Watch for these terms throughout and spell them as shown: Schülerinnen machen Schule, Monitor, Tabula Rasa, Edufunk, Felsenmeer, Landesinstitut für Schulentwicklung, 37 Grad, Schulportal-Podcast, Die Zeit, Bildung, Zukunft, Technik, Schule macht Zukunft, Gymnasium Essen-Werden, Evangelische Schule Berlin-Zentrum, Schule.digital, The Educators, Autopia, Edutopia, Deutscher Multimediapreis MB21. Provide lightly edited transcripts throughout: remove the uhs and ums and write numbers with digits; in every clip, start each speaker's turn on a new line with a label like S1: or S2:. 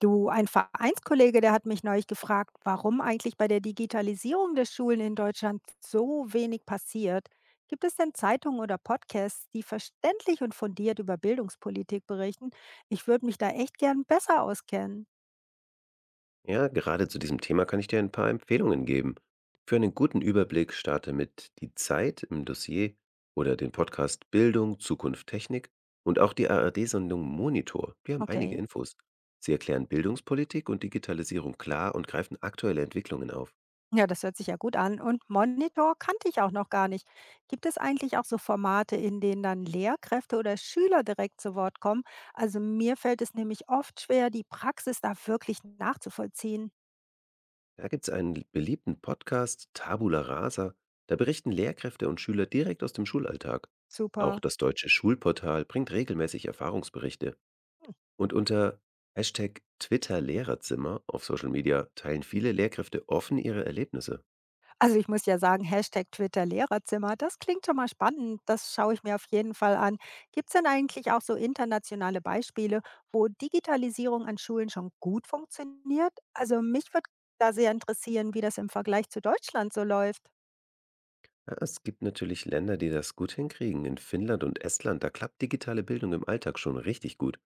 S1: Du, ein Vereinskollege, der hat mich neulich gefragt, warum eigentlich bei der Digitalisierung der Schulen in Deutschland so wenig passiert. Gibt es denn Zeitungen oder Podcasts, die verständlich und fundiert über Bildungspolitik berichten? Ich würde mich da echt gern besser auskennen.
S2: Ja, gerade zu diesem Thema kann ich dir ein paar Empfehlungen geben. Für einen guten Überblick starte mit Die Zeit im Dossier oder den Podcast Bildung, Zukunft, Technik und auch die ARD-Sendung Monitor. Wir haben einige
S1: Okay.
S2: Infos. Sie erklären Bildungspolitik und Digitalisierung klar und greifen aktuelle Entwicklungen auf.
S1: Ja, das hört sich ja gut an. Und Monitor kannte ich auch noch gar nicht. Gibt es eigentlich auch so Formate, in denen dann Lehrkräfte oder Schüler direkt zu Wort kommen? Also mir fällt es nämlich oft schwer, die Praxis da wirklich nachzuvollziehen.
S2: Da gibt es einen beliebten Podcast Tabula Rasa. Da berichten Lehrkräfte und Schüler direkt aus dem Schulalltag. Auch
S1: Super.
S2: das deutsche Schulportal bringt regelmäßig Erfahrungsberichte. Und unter #Twitter-Lehrerzimmer auf Social Media teilen viele Lehrkräfte offen ihre Erlebnisse.
S1: Also ich muss ja sagen, Hashtag Twitter Lehrerzimmer, das klingt schon mal spannend. Das schaue ich mir auf jeden Fall an. Gibt es denn eigentlich auch so internationale Beispiele, wo Digitalisierung an Schulen schon gut funktioniert? Also mich würde da sehr interessieren, wie das im Vergleich zu Deutschland so läuft.
S2: Ja, es gibt natürlich Länder, die das gut hinkriegen. In Finnland und Estland, da klappt digitale Bildung im Alltag schon richtig gut.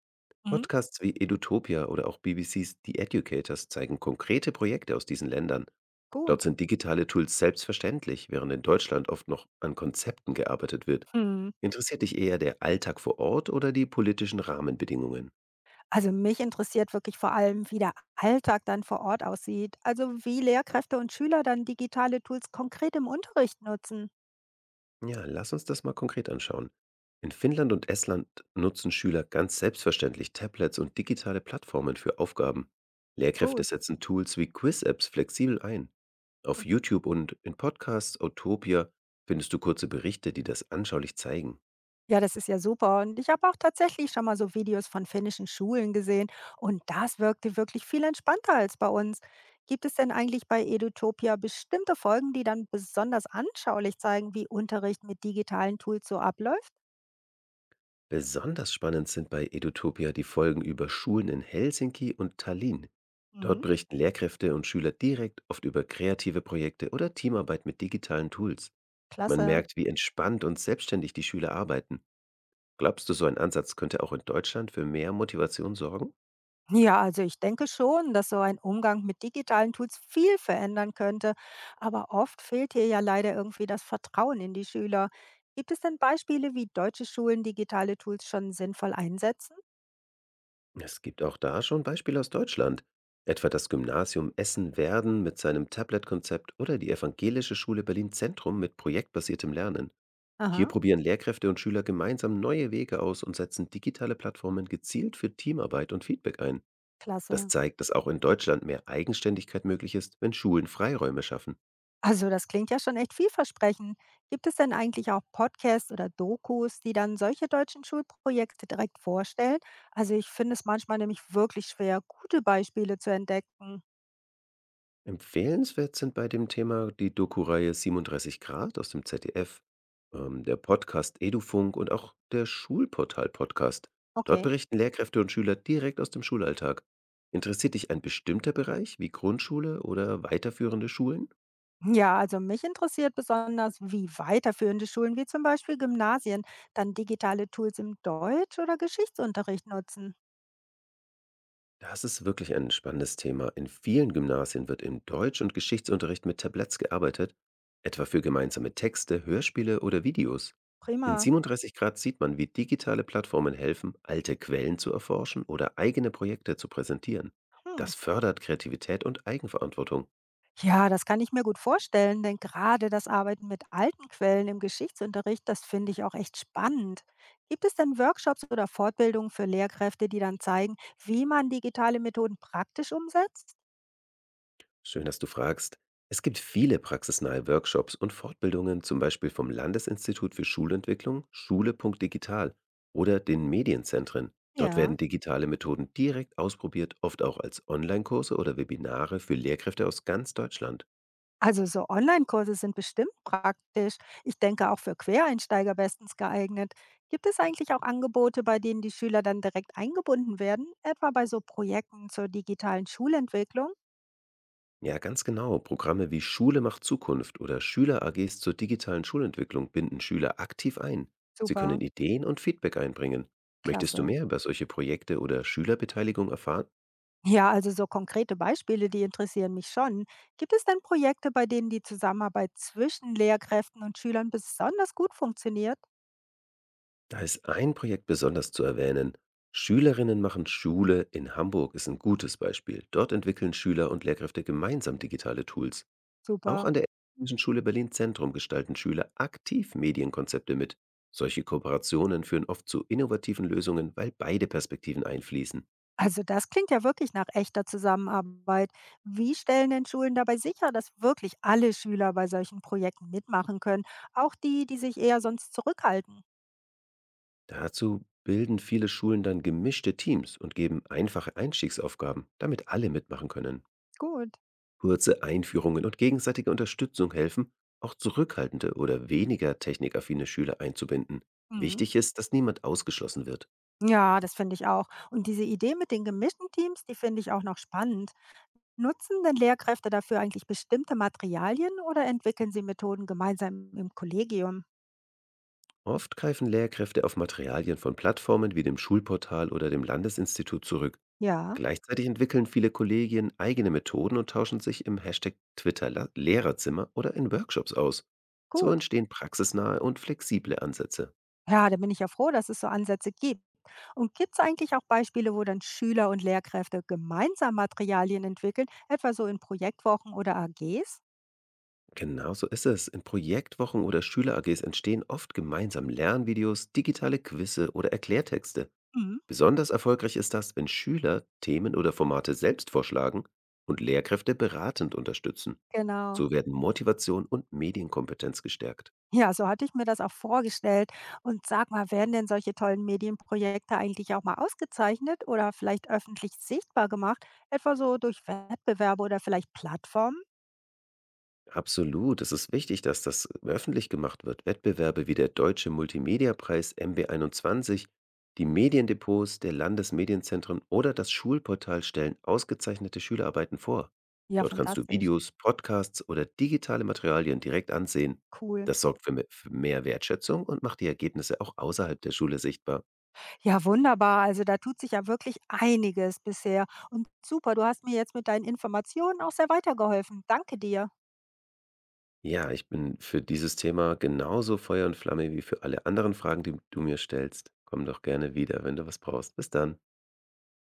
S1: Mhm.
S2: Podcasts wie Edutopia oder auch BBCs The Educators zeigen konkrete Projekte aus diesen Ländern. Dort
S1: Gut.
S2: sind digitale Tools selbstverständlich, während in Deutschland oft noch an Konzepten gearbeitet wird.
S1: Hm.
S2: Interessiert dich eher der Alltag vor Ort oder die politischen Rahmenbedingungen?
S1: Also mich interessiert wirklich vor allem, wie der Alltag dann vor Ort aussieht. Also wie Lehrkräfte und Schüler dann digitale Tools konkret im Unterricht nutzen.
S2: Ja, lass uns das mal konkret anschauen. In Finnland und Estland nutzen Schüler ganz selbstverständlich Tablets und digitale Plattformen für Aufgaben. Lehrkräfte
S1: Gut.
S2: setzen Tools wie Quiz-Apps flexibel ein. Auf YouTube und in Podcasts Autopia findest du kurze Berichte, die das anschaulich zeigen.
S1: Ja, das ist ja super. Und ich habe auch tatsächlich schon mal so Videos von finnischen Schulen gesehen. Und das wirkte wirklich viel entspannter als bei uns. Gibt es denn eigentlich bei Edutopia bestimmte Folgen, die dann besonders anschaulich zeigen, wie Unterricht mit digitalen Tools so abläuft?
S2: Besonders spannend sind bei Edutopia die Folgen über Schulen in Helsinki und Tallinn. Dort
S1: Mhm.
S2: berichten Lehrkräfte und Schüler direkt oft über kreative Projekte oder Teamarbeit mit digitalen Tools. Man
S1: Klasse.
S2: merkt, wie entspannt und selbstständig die Schüler arbeiten. Glaubst du, so ein Ansatz könnte auch in Deutschland für mehr Motivation sorgen?
S1: Ja, also ich denke schon, dass so ein Umgang mit digitalen Tools viel verändern könnte. Aber oft fehlt hier ja leider irgendwie das Vertrauen in die Schüler. Gibt es denn Beispiele, wie deutsche Schulen digitale Tools schon sinnvoll einsetzen?
S2: Es gibt auch da schon Beispiele aus Deutschland. Etwa das Gymnasium Essen-Werden mit seinem Tablet-Konzept oder die Evangelische Schule Berlin-Zentrum mit projektbasiertem Lernen. Hier
S1: Aha.
S2: probieren Lehrkräfte und Schüler gemeinsam neue Wege aus und setzen digitale Plattformen gezielt für Teamarbeit und Feedback ein. Das
S1: Klasse.
S2: zeigt, dass auch in Deutschland mehr Eigenständigkeit möglich ist, wenn Schulen Freiräume schaffen.
S1: Also das klingt ja schon echt vielversprechend. Gibt es denn eigentlich auch Podcasts oder Dokus, die dann solche deutschen Schulprojekte direkt vorstellen? Also ich finde es manchmal nämlich wirklich schwer, gute Beispiele zu entdecken.
S2: Empfehlenswert sind bei dem Thema die Doku-Reihe „37 Grad“ aus dem ZDF, der Podcast Edufunk und auch der Schulportal-Podcast. Dort
S1: Okay.
S2: berichten Lehrkräfte und Schüler direkt aus dem Schulalltag. Interessiert dich ein bestimmter Bereich wie Grundschule oder weiterführende Schulen?
S1: Ja, also mich interessiert besonders, wie weiterführende Schulen wie zum Beispiel Gymnasien dann digitale Tools im Deutsch- oder Geschichtsunterricht nutzen.
S2: Das ist wirklich ein spannendes Thema. In vielen Gymnasien wird im Deutsch- und Geschichtsunterricht mit Tabletts gearbeitet, etwa für gemeinsame Texte, Hörspiele oder Videos. In
S1: Prima.
S2: 37 Grad sieht man, wie digitale Plattformen helfen, alte Quellen zu erforschen oder eigene Projekte zu präsentieren.
S1: Hm.
S2: Das fördert Kreativität und Eigenverantwortung.
S1: Ja, das kann ich mir gut vorstellen, denn gerade das Arbeiten mit alten Quellen im Geschichtsunterricht, das finde ich auch echt spannend. Gibt es denn Workshops oder Fortbildungen für Lehrkräfte, die dann zeigen, wie man digitale Methoden praktisch umsetzt?
S2: Schön, dass du fragst. Es gibt viele praxisnahe Workshops und Fortbildungen, zum Beispiel vom Landesinstitut für Schulentwicklung, Schule.digital oder den Medienzentren. Dort werden
S1: Ja.
S2: digitale Methoden direkt ausprobiert, oft auch als Online-Kurse oder Webinare für Lehrkräfte aus ganz Deutschland.
S1: Also so Online-Kurse sind bestimmt praktisch. Ich denke auch für Quereinsteiger bestens geeignet. Gibt es eigentlich auch Angebote, bei denen die Schüler dann direkt eingebunden werden, etwa bei so Projekten zur digitalen Schulentwicklung?
S2: Ja, ganz genau. Programme wie Schule macht Zukunft oder Schüler-AGs zur digitalen Schulentwicklung binden Schüler aktiv ein. Sie können
S1: Super,
S2: Ideen und Feedback einbringen. Möchtest du
S1: klasse.
S2: mehr über solche Projekte oder Schülerbeteiligung erfahren?
S1: Ja, also so konkrete Beispiele, die interessieren mich schon. Gibt es denn Projekte, bei denen die Zusammenarbeit zwischen Lehrkräften und Schülern besonders gut funktioniert?
S2: Da ist ein Projekt besonders zu erwähnen. Schülerinnen machen Schule in Hamburg ist ein gutes Beispiel. Dort entwickeln Schüler und Lehrkräfte gemeinsam digitale Tools. Auch
S1: Super.
S2: an der Technischen Schule Berlin Zentrum gestalten Schüler aktiv Medienkonzepte mit. Solche Kooperationen führen oft zu innovativen Lösungen, weil beide Perspektiven einfließen.
S1: Also das klingt ja wirklich nach echter Zusammenarbeit. Wie stellen denn Schulen dabei sicher, dass wirklich alle Schüler bei solchen Projekten mitmachen können, auch die, die sich eher sonst zurückhalten?
S2: Dazu bilden viele Schulen dann gemischte Teams und geben einfache Einstiegsaufgaben, damit alle mitmachen können.
S1: Gut.
S2: Kurze Einführungen und gegenseitige Unterstützung helfen, auch zurückhaltende oder weniger technikaffine Schüler einzubinden.
S1: Mhm.
S2: Wichtig ist, dass niemand ausgeschlossen wird.
S1: Ja, das finde ich auch. Und diese Idee mit den gemischten Teams, die finde ich auch noch spannend. Nutzen denn Lehrkräfte dafür eigentlich bestimmte Materialien oder entwickeln sie Methoden gemeinsam im Kollegium?
S2: Oft greifen Lehrkräfte auf Materialien von Plattformen wie dem Schulportal oder dem Landesinstitut zurück.
S1: Ja,
S2: Gleichzeitig entwickeln viele Kollegien eigene Methoden und tauschen sich im Hashtag Twitter Lehrerzimmer oder in Workshops aus. So
S1: gut.
S2: entstehen praxisnahe und flexible Ansätze.
S1: Ja, da bin ich ja froh, dass es so Ansätze gibt. Und gibt es eigentlich auch Beispiele, wo dann Schüler und Lehrkräfte gemeinsam Materialien entwickeln, etwa so in Projektwochen oder AGs?
S2: Genau so ist es. In Projektwochen oder Schüler-AGs entstehen oft gemeinsam Lernvideos, digitale Quizze oder Erklärtexte.
S1: Mhm,
S2: Besonders erfolgreich ist das, wenn Schüler Themen oder Formate selbst vorschlagen und Lehrkräfte beratend unterstützen.
S1: genau.
S2: So werden Motivation und Medienkompetenz gestärkt.
S1: Ja, so hatte ich mir das auch vorgestellt. Und sag mal, werden denn solche tollen Medienprojekte eigentlich auch mal ausgezeichnet oder vielleicht öffentlich sichtbar gemacht, etwa so durch Wettbewerbe oder vielleicht Plattformen?
S2: Absolut. Es ist wichtig, dass das öffentlich gemacht wird. Wettbewerbe wie der Deutsche Multimediapreis MB21, die Mediendepots der Landesmedienzentren oder das Schulportal stellen ausgezeichnete Schülerarbeiten vor.
S1: Ja,
S2: Dort kannst du
S1: fantastisch.
S2: Videos, Podcasts oder digitale Materialien direkt ansehen.
S1: Cool.
S2: Das sorgt für für mehr Wertschätzung und macht die Ergebnisse auch außerhalb der Schule sichtbar.
S1: Ja, wunderbar. Also da tut sich ja wirklich einiges bisher. Und super, du hast mir jetzt mit deinen Informationen auch sehr weitergeholfen. Danke dir.
S2: Ja, ich bin für dieses Thema genauso Feuer und Flamme wie für alle anderen Fragen, die du mir stellst. Komm doch gerne wieder, wenn du was brauchst. Bis dann.